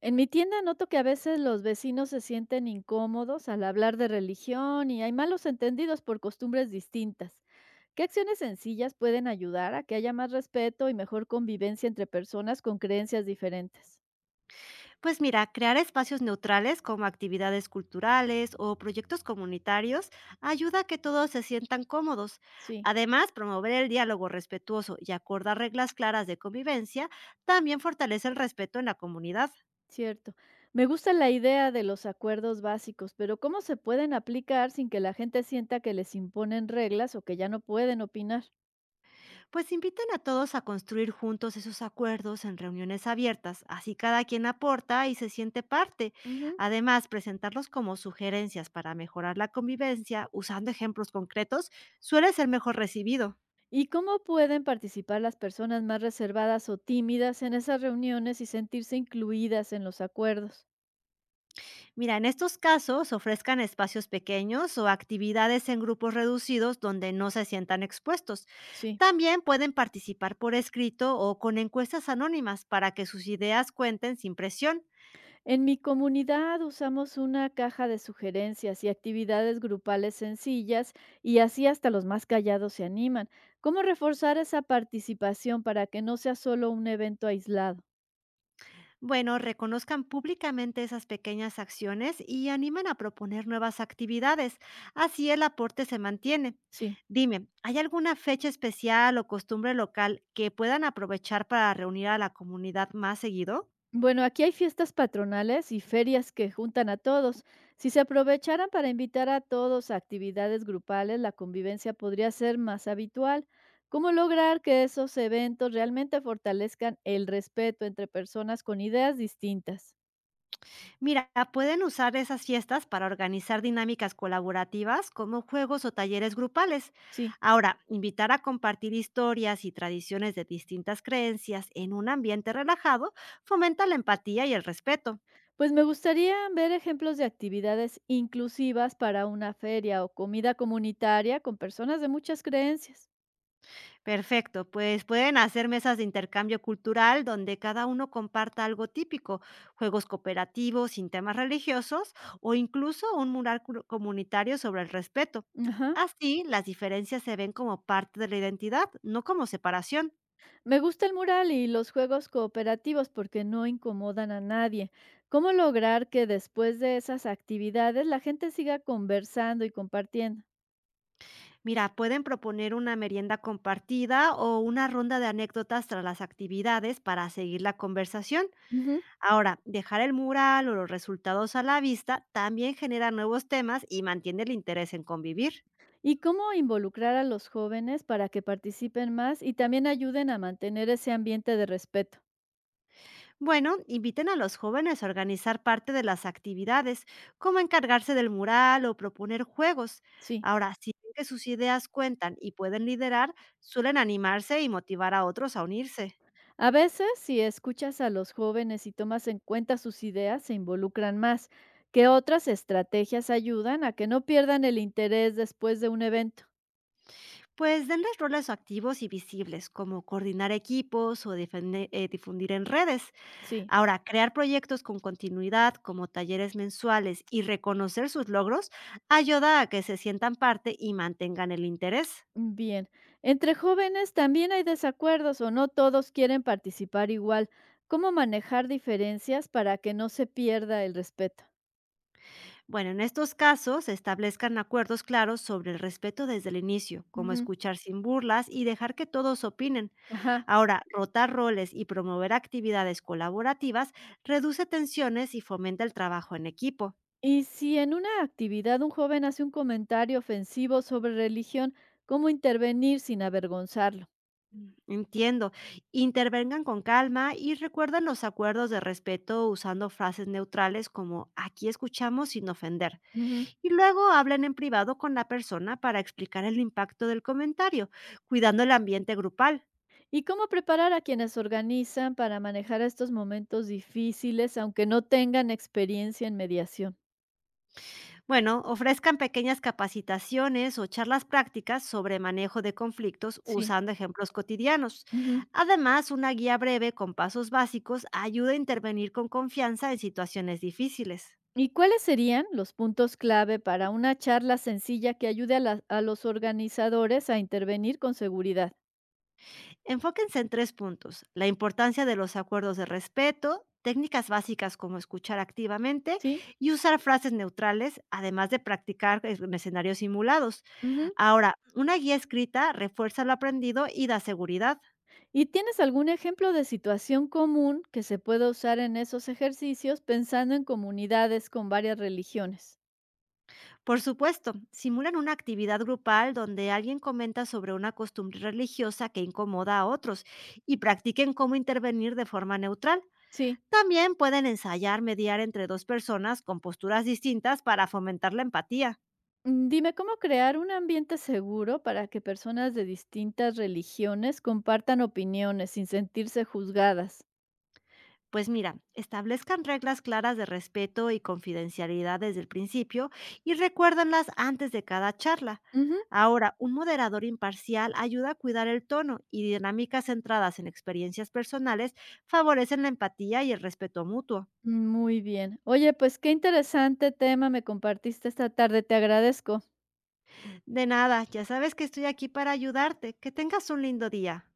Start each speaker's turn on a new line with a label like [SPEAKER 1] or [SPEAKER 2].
[SPEAKER 1] En mi tienda noto que a veces los vecinos se sienten incómodos al hablar de religión y hay malos entendidos por costumbres distintas. ¿Qué acciones sencillas pueden ayudar a que haya más respeto y mejor convivencia entre personas con creencias diferentes?
[SPEAKER 2] Pues mira, crear espacios neutrales como actividades culturales o proyectos comunitarios ayuda a que todos se sientan cómodos.
[SPEAKER 1] Sí,
[SPEAKER 2] Además, promover el diálogo respetuoso y acordar reglas claras de convivencia también fortalece el respeto en la comunidad.
[SPEAKER 1] cierto. Me gusta la idea de los acuerdos básicos, pero ¿cómo se pueden aplicar sin que la gente sienta que les imponen reglas o que ya no pueden opinar?
[SPEAKER 2] Pues inviten a todos a construir juntos esos acuerdos en reuniones abiertas, así cada quien aporta y se siente parte.
[SPEAKER 1] Ujú.
[SPEAKER 2] Además, presentarlos como sugerencias para mejorar la convivencia usando ejemplos concretos suele ser mejor recibido.
[SPEAKER 1] ¿Y cómo pueden participar las personas más reservadas o tímidas en esas reuniones y sentirse incluidas en los acuerdos?
[SPEAKER 2] Mira, en estos casos ofrezcan espacios pequeños o actividades en grupos reducidos donde no se sientan expuestos.
[SPEAKER 1] Sí.
[SPEAKER 2] También pueden participar por escrito o con encuestas anónimas para que sus ideas cuenten sin presión.
[SPEAKER 1] En mi comunidad usamos una caja de sugerencias y actividades grupales sencillas y así hasta los más callados se animan. ¿Cómo reforzar esa participación para que no sea solo un evento aislado?
[SPEAKER 2] Bueno, reconozcan públicamente esas pequeñas acciones y animen a proponer nuevas actividades. Así el aporte se mantiene.
[SPEAKER 1] Sí.
[SPEAKER 2] Dime, ¿hay alguna fecha especial o costumbre local que puedan aprovechar para reunir a la comunidad más seguido?
[SPEAKER 1] Bueno, aquí hay fiestas patronales y ferias que juntan a todos. Si se aprovecharan para invitar a todos a actividades grupales, la convivencia podría ser más habitual. ¿Cómo lograr que esos eventos realmente fortalezcan el respeto entre personas con ideas distintas?
[SPEAKER 2] Mira, pueden usar esas fiestas para organizar dinámicas colaborativas como juegos o talleres grupales.
[SPEAKER 1] Sí.
[SPEAKER 2] Ahora, invitar a compartir historias y tradiciones de distintas creencias en un ambiente relajado fomenta la empatía y el respeto.
[SPEAKER 1] Pues me gustaría ver ejemplos de actividades inclusivas para una feria o comida comunitaria con personas de muchas creencias.
[SPEAKER 2] Perfecto, pues pueden hacer mesas de intercambio cultural donde cada uno comparta algo típico, juegos cooperativos sin temas religiosos o incluso un mural comunitario sobre el respeto.
[SPEAKER 1] Ajá.
[SPEAKER 2] Así, las diferencias se ven como parte de la identidad, no como separación.
[SPEAKER 1] Me gusta el mural y los juegos cooperativos porque no incomodan a nadie. ¿Cómo lograr que después de esas actividades la gente siga conversando y compartiendo?
[SPEAKER 2] Mira, pueden proponer una merienda compartida o una ronda de anécdotas tras las actividades para seguir la conversación.
[SPEAKER 1] Ujú.
[SPEAKER 2] Ahora, dejar el mural o los resultados a la vista también genera nuevos temas y mantiene el interés en convivir.
[SPEAKER 1] ¿Y cómo involucrar a los jóvenes para que participen más y también ayuden a mantener ese ambiente de respeto?
[SPEAKER 2] Bueno, inviten a los jóvenes a organizar parte de las actividades, como encargarse del mural o proponer juegos.
[SPEAKER 1] Sí.
[SPEAKER 2] Ahora, si ven que sus ideas cuentan y pueden liderar, suelen animarse y motivar a otros a unirse.
[SPEAKER 1] A veces, si escuchas a los jóvenes y tomas en cuenta sus ideas, se involucran más. ¿Qué otras estrategias ayudan a que no pierdan el interés después de un evento?
[SPEAKER 2] Pues denles roles activos y visibles, como coordinar equipos o difundir en redes.
[SPEAKER 1] Sí.
[SPEAKER 2] Ahora, crear proyectos con continuidad, como talleres mensuales y reconocer sus logros, ayuda a que se sientan parte y mantengan el interés.
[SPEAKER 1] Bien, entre jóvenes también hay desacuerdos o no todos quieren participar igual. ¿Cómo manejar diferencias para que no se pierda el respeto?
[SPEAKER 2] Bueno, en estos casos se establezcan acuerdos claros sobre el respeto desde el inicio, como
[SPEAKER 1] Ujú.
[SPEAKER 2] escuchar sin burlas y dejar que todos opinen.
[SPEAKER 1] Ajá.
[SPEAKER 2] Ahora, rotar roles y promover actividades colaborativas reduce tensiones y fomenta el trabajo en equipo.
[SPEAKER 1] Y si en una actividad un joven hace un comentario ofensivo sobre religión, ¿cómo intervenir sin avergonzarlo?
[SPEAKER 2] Mm. Entiendo. Intervengan con calma y recuerden los acuerdos de respeto usando frases neutrales como aquí escuchamos sin ofender.
[SPEAKER 1] Ujú.
[SPEAKER 2] Y luego hablen en privado con la persona para explicar el impacto del comentario, cuidando el ambiente grupal.
[SPEAKER 1] ¿Y cómo preparar a quienes organizan para manejar estos momentos difíciles, aunque no tengan experiencia en mediación?
[SPEAKER 2] Bueno, ofrezcan pequeñas capacitaciones o charlas prácticas sobre manejo de conflictos
[SPEAKER 1] Sí.
[SPEAKER 2] usando ejemplos cotidianos. Además, una guía breve con pasos básicos ayuda a intervenir con confianza en situaciones difíciles.
[SPEAKER 1] ¿Y cuáles serían los puntos clave para una charla sencilla que ayude a los organizadores a intervenir con seguridad?
[SPEAKER 2] Enfóquense en tres puntos, la importancia de los acuerdos de respeto, técnicas básicas como escuchar activamente
[SPEAKER 1] ¿Sí?
[SPEAKER 2] y usar frases neutrales, además de practicar en escenarios simulados.
[SPEAKER 1] Ujú.
[SPEAKER 2] Ahora, una guía escrita refuerza lo aprendido y da seguridad.
[SPEAKER 1] ¿Y tienes algún ejemplo de situación común que se pueda usar en esos ejercicios pensando en comunidades con varias religiones?
[SPEAKER 2] Por supuesto, simulan una actividad grupal donde alguien comenta sobre una costumbre religiosa que incomoda a otros y practiquen cómo intervenir de forma neutral.
[SPEAKER 1] Sí.
[SPEAKER 2] También pueden ensayar mediar entre dos personas con posturas distintas para fomentar la empatía.
[SPEAKER 1] Mm, dime cómo crear un ambiente seguro para que personas de distintas religiones compartan opiniones sin sentirse juzgadas.
[SPEAKER 2] Pues mira, establezcan reglas claras de respeto y confidencialidad desde el principio y recuérdanlas antes de cada charla. Ahora, un moderador imparcial ayuda a cuidar el tono y dinámicas centradas en experiencias personales favorecen la empatía y el respeto mutuo.
[SPEAKER 1] Muy bien. Oye, pues qué interesante tema me compartiste esta tarde, te agradezco.
[SPEAKER 2] De nada, ya sabes que estoy aquí para ayudarte. Que tengas un lindo día.